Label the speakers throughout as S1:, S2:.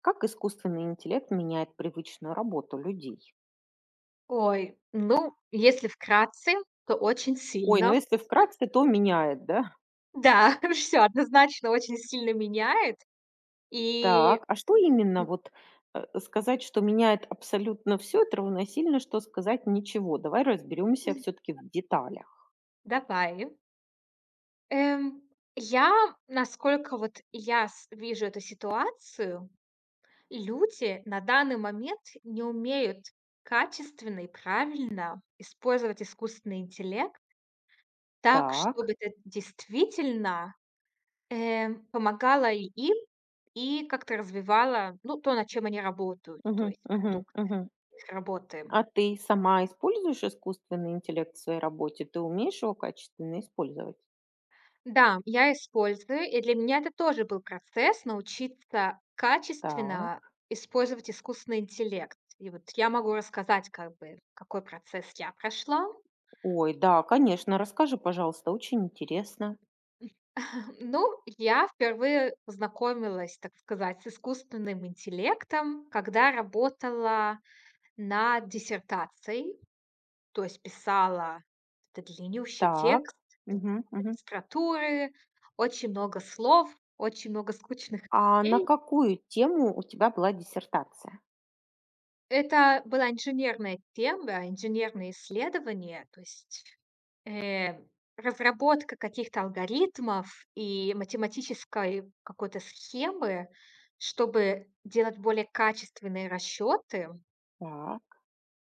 S1: Как искусственный интеллект меняет привычную работу людей?
S2: Ой, ну, если вкратце, то очень
S1: Ой, ну
S2: сильно.
S1: если вкратце, то меняет, да?
S2: Да, все однозначно очень сильно меняет. И
S1: Так, а что именно вот сказать, что меняет абсолютно все, это равносильно, что сказать ничего. Давай разберемся все-таки в деталях.
S2: давай. Эм, я, насколько вот я с вижу эту ситуацию, люди на данный момент не умеют качественно и правильно использовать искусственный интеллект так,
S1: Так,
S2: чтобы это действительно помогала и им, и как-то развивала, ну, то, над чем они работают, то
S1: мгм,
S2: есть
S1: мгм,
S2: продукт
S1: мгм.
S2: их работы.
S1: А ты сама используешь искусственный интеллект в своей работе? Ты умеешь его качественно использовать?
S2: Да, я использую, и для меня это тоже был процесс научиться качественно
S1: Так,
S2: использовать искусственный интеллект. И вот я могу рассказать, как бы, какой процесс я прошла.
S1: ой, да, конечно, расскажи, пожалуйста, очень интересно.
S2: Ну, я впервые познакомилась, так сказать, с искусственным интеллектом, когда работала над диссертацией. То есть писала вот этот длиннющий
S1: Так,
S2: текст,
S1: угу.
S2: много литературы, очень много слов, очень много скучных
S1: А на
S2: вещей.
S1: какую тему у тебя была диссертация?
S2: Это была инженерная тема, инженерные исследования, то есть, э, разработка каких-то алгоритмов и математической какой-то схемы, чтобы делать более качественные расчеты.
S1: Так.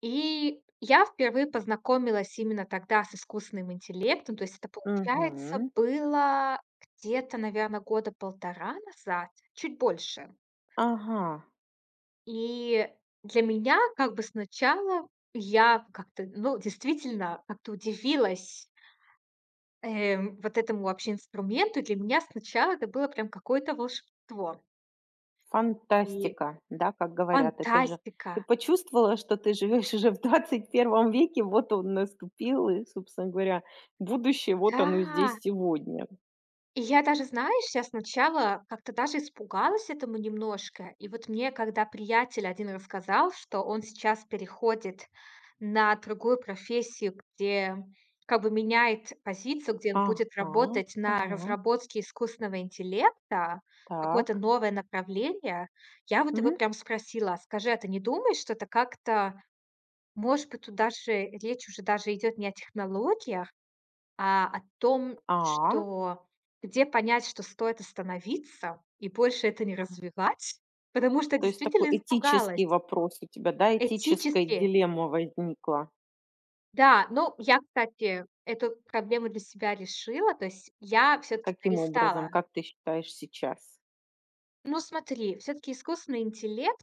S2: И я впервые познакомилась именно тогда с искусственным интеллектом. То есть это, получается,
S1: Мгм.
S2: было где-то, наверное, года полтора назад, чуть больше.
S1: Ага,
S2: И для меня как бы сначала я как-то, ну, действительно как-то удивилась, вот этому вообще инструменту. Для меня сначала это было прям какое-то волшебство и
S1: фантастика, да, как говорят, это же
S2: фантастика.
S1: ты почувствовала, что ты живешь уже в двадцать первом веке, вот он наступил, и, собственно говоря, будущее, вот
S2: Да!
S1: оно здесь сегодня.
S2: И я даже, знаешь, я сначала как-то даже испугалась этому немножко. И вот мне, когда приятель один рассказал, что он сейчас переходит на другую профессию, где как бы меняет позицию, где он будет
S1: Ага,
S2: работать на
S1: ага,
S2: разработке искусственного интеллекта, какое-то
S1: так.
S2: новое направление, я вот его
S1: Мгм.
S2: прям спросила: «А "Скажи, а ты не думаешь, что это как-то, может быть, тут даже речь уже даже идет не о технологиях, а, о том,
S1: А,
S2: что где понять, что стоит остановиться и больше это не развивать, потому что
S1: то есть такой
S2: действительно испугалась.
S1: этический вопрос у тебя, да, этическая
S2: Этически,
S1: дилемма возникла.
S2: да. Ну, я, кстати, эту проблему для себя решила. То есть я все таки
S1: Каким образом,
S2: перестала.
S1: как ты считаешь сейчас?
S2: Ну смотри, все таки искусственный интеллект,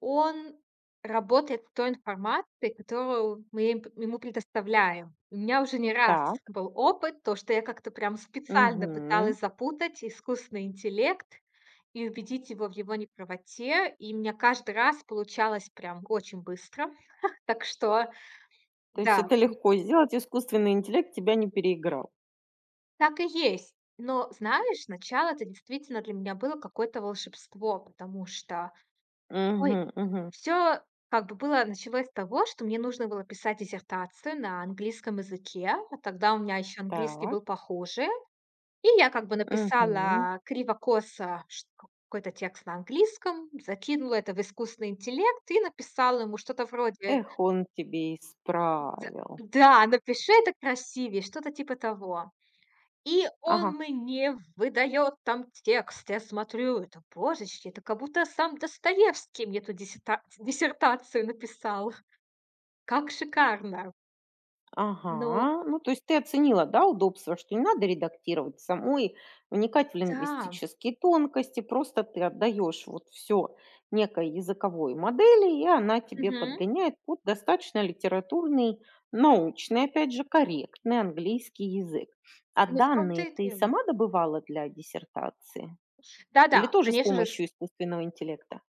S2: он работает с той информацией, которую мы им ему предоставляем. У меня уже не раз
S1: Так.
S2: был опыт, то, что я как-то прям специально
S1: Мгм.
S2: пыталась запутать искусственный интеллект и убедить его в его неправоте, и у меня каждый раз получалось прям очень быстро. Так что
S1: То есть
S2: да,
S1: это легко сделать, искусственный интеллект тебя не переиграл.
S2: так и есть. Но знаешь, сначала это действительно для меня было какое-то волшебство, потому что Ой,
S1: Мгм, мгм.
S2: всё как бы было началось с того, что мне нужно было писать диссертацию на английском языке, а тогда у меня еще английский
S1: Так.
S2: был похуже. И я как бы
S1: Мгм.
S2: написала криво-косо ш какой-то текст на английском, закинула это в искусственный интеллект и написала ему что-то вроде:
S1: Эх, он тебе
S2: "Д
S1: исправил.
S2: да, напиши это красивее", что-то типа того. И он
S1: Ага.
S2: мне выдает там текст. Я смотрю, это, божечки, это как будто сам Достоевский мне эту диссертацию написал. Как шикарно! Ну
S1: Ага. Ну, то есть ты оценила, да, удобство, что не надо редактировать самой, вникать в
S2: да,
S1: лингвистические тонкости, просто ты отдаешь вот все некой языковой модели, и она тебе
S2: мгм.
S1: подгоняет под достаточно литературный, научный, опять же, корректный английский язык. А
S2: Ну, в том-то
S1: данные
S2: и
S1: ты
S2: дело.
S1: сама добывала для диссертации? Или
S2: Да-да,
S1: тоже с
S2: конечно же, с
S1: помощью искусственного интеллекта?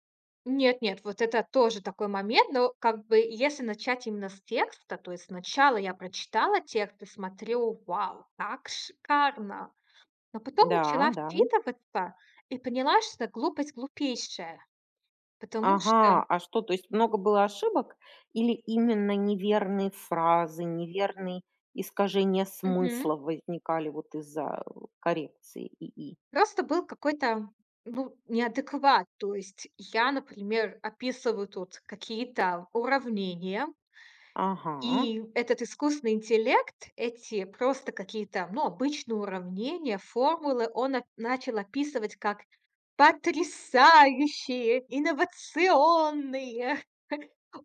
S2: нет-нет, вот это тоже такой момент, но как бы если начать именно с текста, то есть сначала я прочитала текст и смотрю: "Вау, как шикарно!" Но потом
S1: Да,
S2: начала
S1: да.
S2: вчитываться и поняла, что глупость глупейшая. Потому что.
S1: Ага, а что, то есть много было ошибок или именно неверные фразы, неверные искажения
S2: Мгм.
S1: смысла возникали вот из-за коррекции ИИ?
S2: Просто был какой-то, ну, неадекват. То есть я, например, описываю тут какие-то уравнения,
S1: Ага.
S2: и этот искусственный интеллект, эти просто какие-то, ну, обычные уравнения, формулы, он начал описывать как потрясающие, инновационные,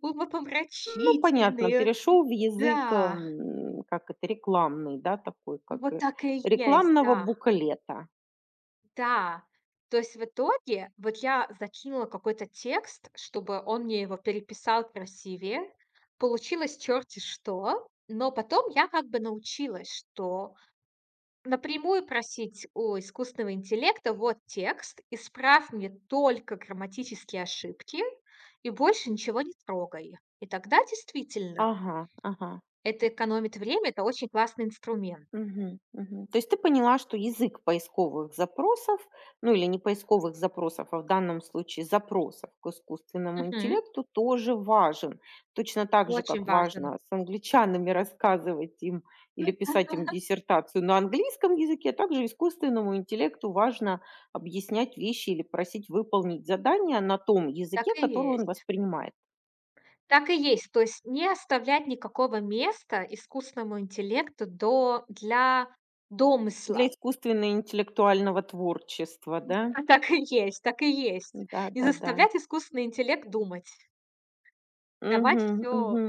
S1: Ну, понятно,
S2: умопомрачительные.
S1: перешел в язык,
S2: Да,
S1: как это, рекламный, да, такой, как
S2: вот так и есть,
S1: рекламного
S2: да.
S1: буклета.
S2: Да, то есть в итоге вот я закинула какой-то текст, чтобы он мне его переписал красивее. Получилось черти что, но потом я как бы научилась, что напрямую просить у искусственного интеллекта: "Вот текст, исправь мне только грамматические ошибки и больше ничего не трогай". И тогда действительно
S1: Ага, ага.
S2: это экономит время, это очень классный инструмент.
S1: Мгм, мгм. То есть ты поняла, что язык поисковых запросов, ну или не поисковых запросов, а в данном случае запросов к искусственному
S2: Мгм.
S1: интеллекту тоже важен. Точно так же,
S2: Очень
S1: как
S2: важен.
S1: важно с англичанами рассказывать им или
S2: Ну.
S1: писать им диссертацию на английском языке, также искусственному интеллекту важно объяснять вещи или просить выполнить задания на том языке,
S2: Так и
S1: который он
S2: есть.
S1: воспринимает.
S2: Так и есть. То есть не оставлять никакого места искусственному интеллекту до для
S1: Для
S2: домысла.
S1: искусственно-интеллектуального творчества, да?
S2: А так и есть, так и есть.
S1: Да,
S2: Не
S1: да, да.
S2: заставлять искусственный интеллект думать. Давать
S1: Мгм,
S2: все,
S1: мгм.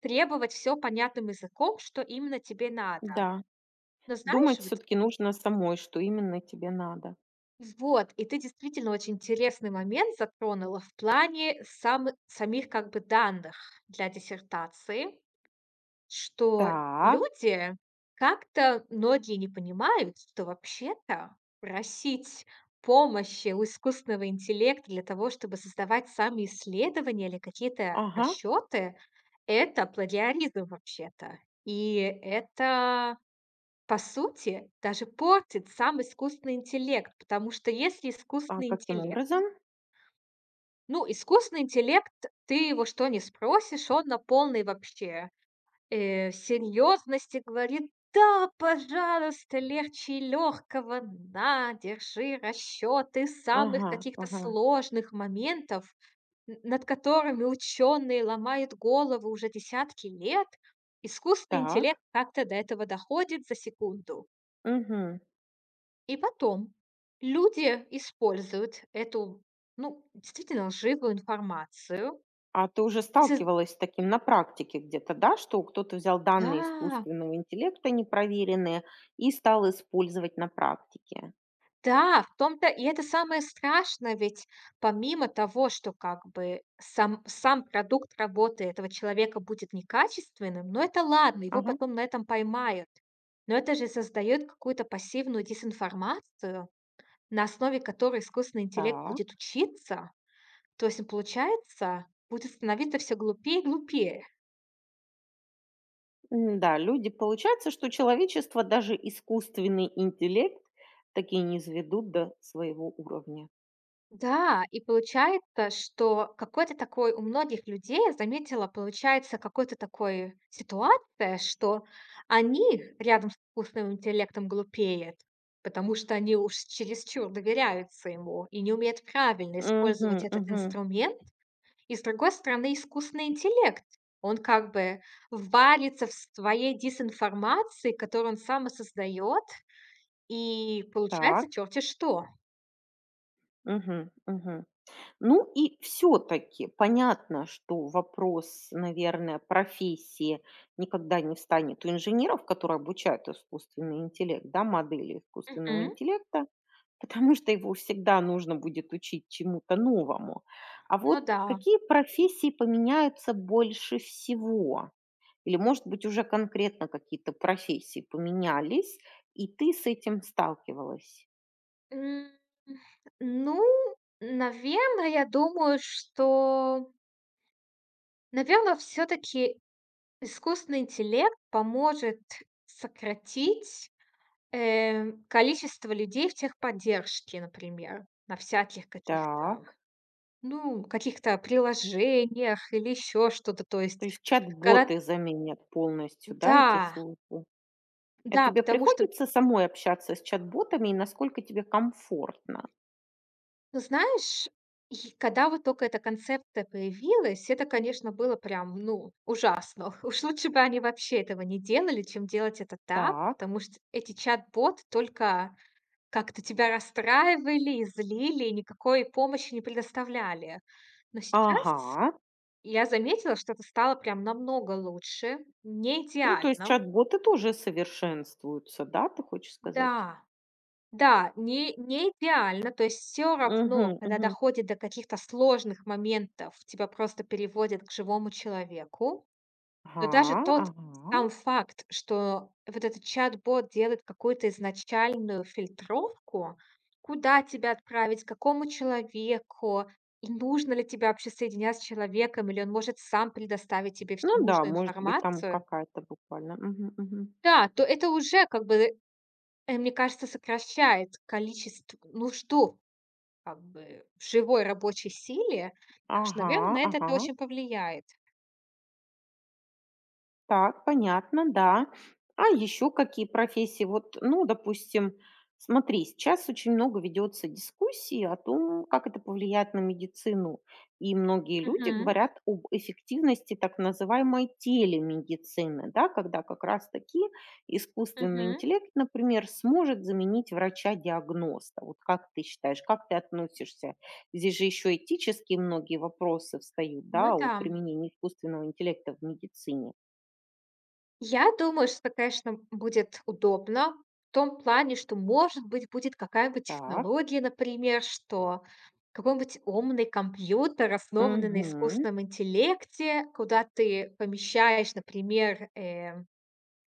S2: требовать все понятным языком, что именно тебе надо.
S1: Да,
S2: Но знаешь,
S1: думать все таки нужно самой, что именно тебе надо.
S2: и ты действительно очень интересный момент затронула в плане самих как бы данных для диссертации. Что
S1: Так,
S2: люди как-то многие не понимают, что вообще-то просить помощи у искусственного интеллекта для того, чтобы создавать сами исследования или какие-то
S1: ага,
S2: расчеты- это плагиаризм вообще-то. И это, по сути, даже портит сам искусственный интеллект, потому что если
S1: а
S2: искусственный
S1: каким
S2: интеллект
S1: образом?
S2: ну, искусственный интеллект, ты его что не спросишь, он на полной вообще серьезности говорит: "Да, пожалуйста, легче легкого, на, держи расчеты самых
S1: Ага,
S2: каких-то
S1: ага,
S2: сложных моментов, н над которыми ученые ломают голову уже десятки лет, искусственный
S1: так,
S2: интеллект как-то до этого доходит за секунду".
S1: мгм.
S2: И потом люди используют эту, ну, действительно лживую информацию
S1: А ты уже
S2: и соз
S1: сталкивалась с таким на практике где-то, да, что кто-то взял данные
S2: да.
S1: искусственного интеллекта непроверенные и стал использовать на практике?
S2: Да, в том-то и это самое страшное, ведь помимо того, что как бы сам продукт работы этого человека будет некачественным, но это ладно, его
S1: Ага,
S2: потом на этом поймают. Но это же создает какую-то пассивную дезинформацию, на основе которой искусственный интеллект
S1: так.
S2: будет учиться. То есть он, получается, будет становиться все глупее и глупее.
S1: М-да, люди получается, что человечество, даже искусственный интеллект, таки не низведут до своего уровня.
S2: Да, и получается, что какой-то такой у многих людей, я заметила, получается какой-то такой ситуация, что они рядом с искусственным интеллектом глупеют, потому что они уж чересчур доверяются ему и не умеют правильно
S1: Мгм,
S2: использовать этот
S1: мгм.
S2: инструмент. И с другой стороны, искусственный интеллект, он как бы варится в своей дезинформации, которую он сам и создает, и
S1: Так.
S2: получается черти что.
S1: Мгм, мгм. Ну и все-таки понятно, что вопрос, наверное, профессии никогда не встанет у инженеров, которые обучают искусственный интеллект, да, модели искусственного
S2: Мгм.
S1: интеллекта, потому что его всегда нужно будет учить чему-то новому. А
S2: Ну
S1: вот
S2: да.
S1: какие профессии поменяются больше всего? Или, может быть, уже конкретно какие-то профессии поменялись, и ты с этим сталкивалась?
S2: М, ну, наверное, я думаю, что, наверное, все таки искусственный интеллект поможет сократить, количество людей в техподдержке, например, на всяких каких-то,
S1: Так.
S2: ну, каких-то приложениях или еще что-то. То
S1: То
S2: есть,
S1: есть
S2: когда
S1: чат-боты заменят полностью, да, эти
S2: да,
S1: службы? А
S2: да,
S1: тебе
S2: потому что.
S1: приходится самой общаться с чат-ботами, и насколько тебе комфортно?
S2: Ну, знаешь, и когда вот только эта концепция появилась, это, конечно, было прям, ну, ужасно. Уж лучше бы они вообще этого не делали, чем делать это так,
S1: Так.
S2: потому что эти чат-боты только как-то тебя расстраивали и злили, и никакой помощи не предоставляли. Но сейчас
S1: Ага.
S2: я заметила, что это стало прям намного лучше, не
S1: Ну, то есть
S2: идеально.
S1: чат-боты тоже совершенствуются, да, ты хочешь сказать?
S2: Да. Да, не идеально, то есть все равно,
S1: Угу,
S2: когда
S1: угу.
S2: доходит до каких-то сложных моментов, тебя просто переводят к живому человеку. Но даже
S1: Ага,
S2: тот
S1: ага.
S2: сам факт, что вот этот чат-бот делает какую-то изначальную фильтровку, куда тебя отправить, к какому человеку, и нужно ли тебе вообще соединять с человеком, или он может сам предоставить тебе всю
S1: Ну да,
S2: нужную
S1: может быть, там
S2: информацию.
S1: какая-то буквально. Мгм, мгм.
S2: Да, то это уже как бы, мне кажется, сокращает количество нужду. Как бы в живой рабочей силе. Так что,
S1: Ага,
S2: наверное, на это
S1: ага.
S2: это очень повлияет.
S1: Так, понятно, да. А еще какие профессии? Вот, ну, допустим, смотри, сейчас очень много ведется дискуссий о том, как это повлияет на медицину. И многие люди
S2: Мгм,
S1: говорят об эффективности так называемой телемедицины, да, когда как раз-таки искусственный
S2: мгм.
S1: интеллект, например, сможет заменить врача-диагноста. Вот как ты считаешь, как ты относишься? Здесь же еще этические многие вопросы встают,
S2: Ну
S1: да, о
S2: да.
S1: применении искусственного интеллекта в медицине.
S2: Я думаю, что, конечно, будет удобно в том плане, что, может быть, будет какая-нибудь
S1: Так.
S2: технология, например, что какой-нибудь умный компьютер, основанный на
S1: Мгм.
S2: искусственном интеллекте, куда ты помещаешь, например,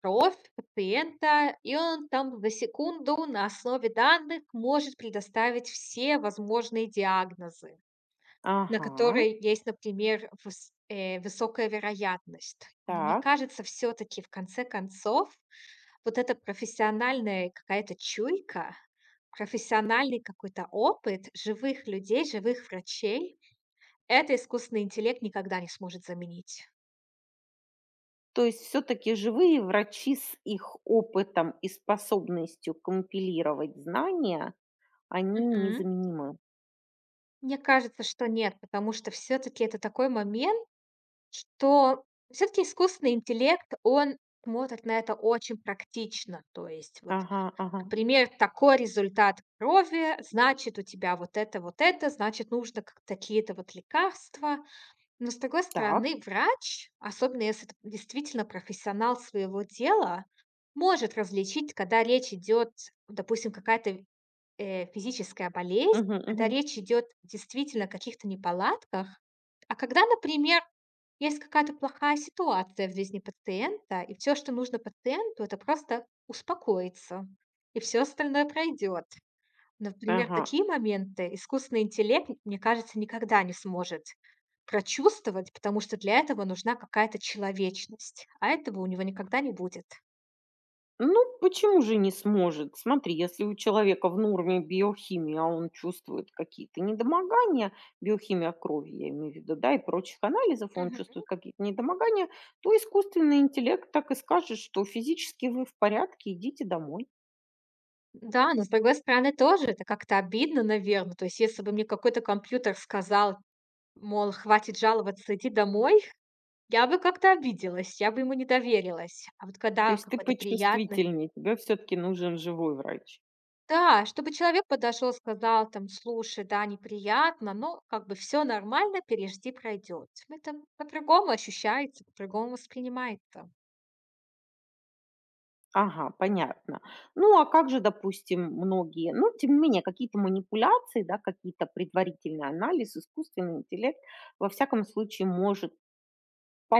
S2: кровь пациента, и он там за секунду на основе данных может предоставить все возможные диагнозы, на
S1: Ага.
S2: которые есть, например, высокая вероятность. Но мне
S1: Так.
S2: кажется, все-таки в конце концов вот эта профессиональная какая-то чуйка, профессиональный какой-то опыт живых людей, живых врачей, это искусственный интеллект никогда не сможет заменить.
S1: То есть все-таки живые врачи с их опытом и способностью компилировать знания, они
S2: Мгм.
S1: незаменимы.
S2: Мне кажется, что нет, потому что все-таки это такой момент, что все таки искусственный интеллект, он смотрит на это очень практично. То есть вот,
S1: Ага, ага.
S2: например, такой результат крови, значит, у тебя вот это, значит, нужно как такие-то вот лекарства. Но, с другой
S1: Так.
S2: стороны, врач, особенно если это действительно профессионал своего дела, может различить, когда речь идет, допустим, какая-то физическая болезнь,
S1: Мгм,
S2: когда
S1: мгм.
S2: речь идет действительно о каких-то неполадках, а когда, например, есть какая-то плохая ситуация в жизни пациента, и все, что нужно пациенту- это просто успокоиться, и все остальное пройдет. Например,
S1: Ага.
S2: такие моменты искусственный интеллект, мне кажется, никогда не сможет прочувствовать, потому что для этого нужна какая-то человечность, а этого у него никогда не будет.
S1: Ну, почему же не сможет? Смотри, если у человека в норме биохимия, а он чувствует какие-то недомогания, биохимия крови, я имею в виду, да, и прочих анализов, он чувствует какие-то недомогания, то искусственный интеллект так и скажет, что физически вы в порядке, идите домой.
S2: Да, но с другой стороны тоже это как-то обидно, наверное. То есть если бы мне какой-то компьютер сказал, мол, хватит жаловаться, иди домой, я бы как-то обиделась, я бы ему не доверилась. А вот
S1: То
S2: когда
S1: есть ты
S2: какой-то приятный.
S1: почувствительнее, тебе все-таки нужен живой врач.
S2: Да, чтобы человек подошел, сказал там: "Слушай, да, неприятно, но как бы все нормально, пережди, пройдёт". Это по-другому ощущается, по-другому воспринимается.
S1: Ага, понятно. Ну, а как же, допустим, многие, ну, тем не менее, какие-то манипуляции, да, какие-то предварительный анализ, искусственный интеллект, во всяком случае, может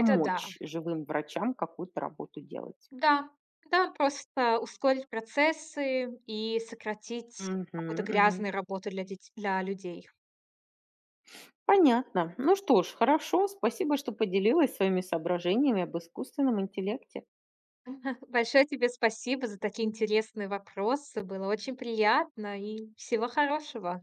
S2: Это да.
S1: живым врачам какую-то работу делать.
S2: Да, да, просто ускорить процессы и сократить
S1: Мгм,
S2: какую-то
S1: мгм.
S2: грязную работу для людей.
S1: Понятно. Ну что ж, хорошо, спасибо, что поделилась своими соображениями об искусственном интеллекте.
S2: Большое тебе спасибо за такие интересные вопросы. Было очень приятно и всего хорошего.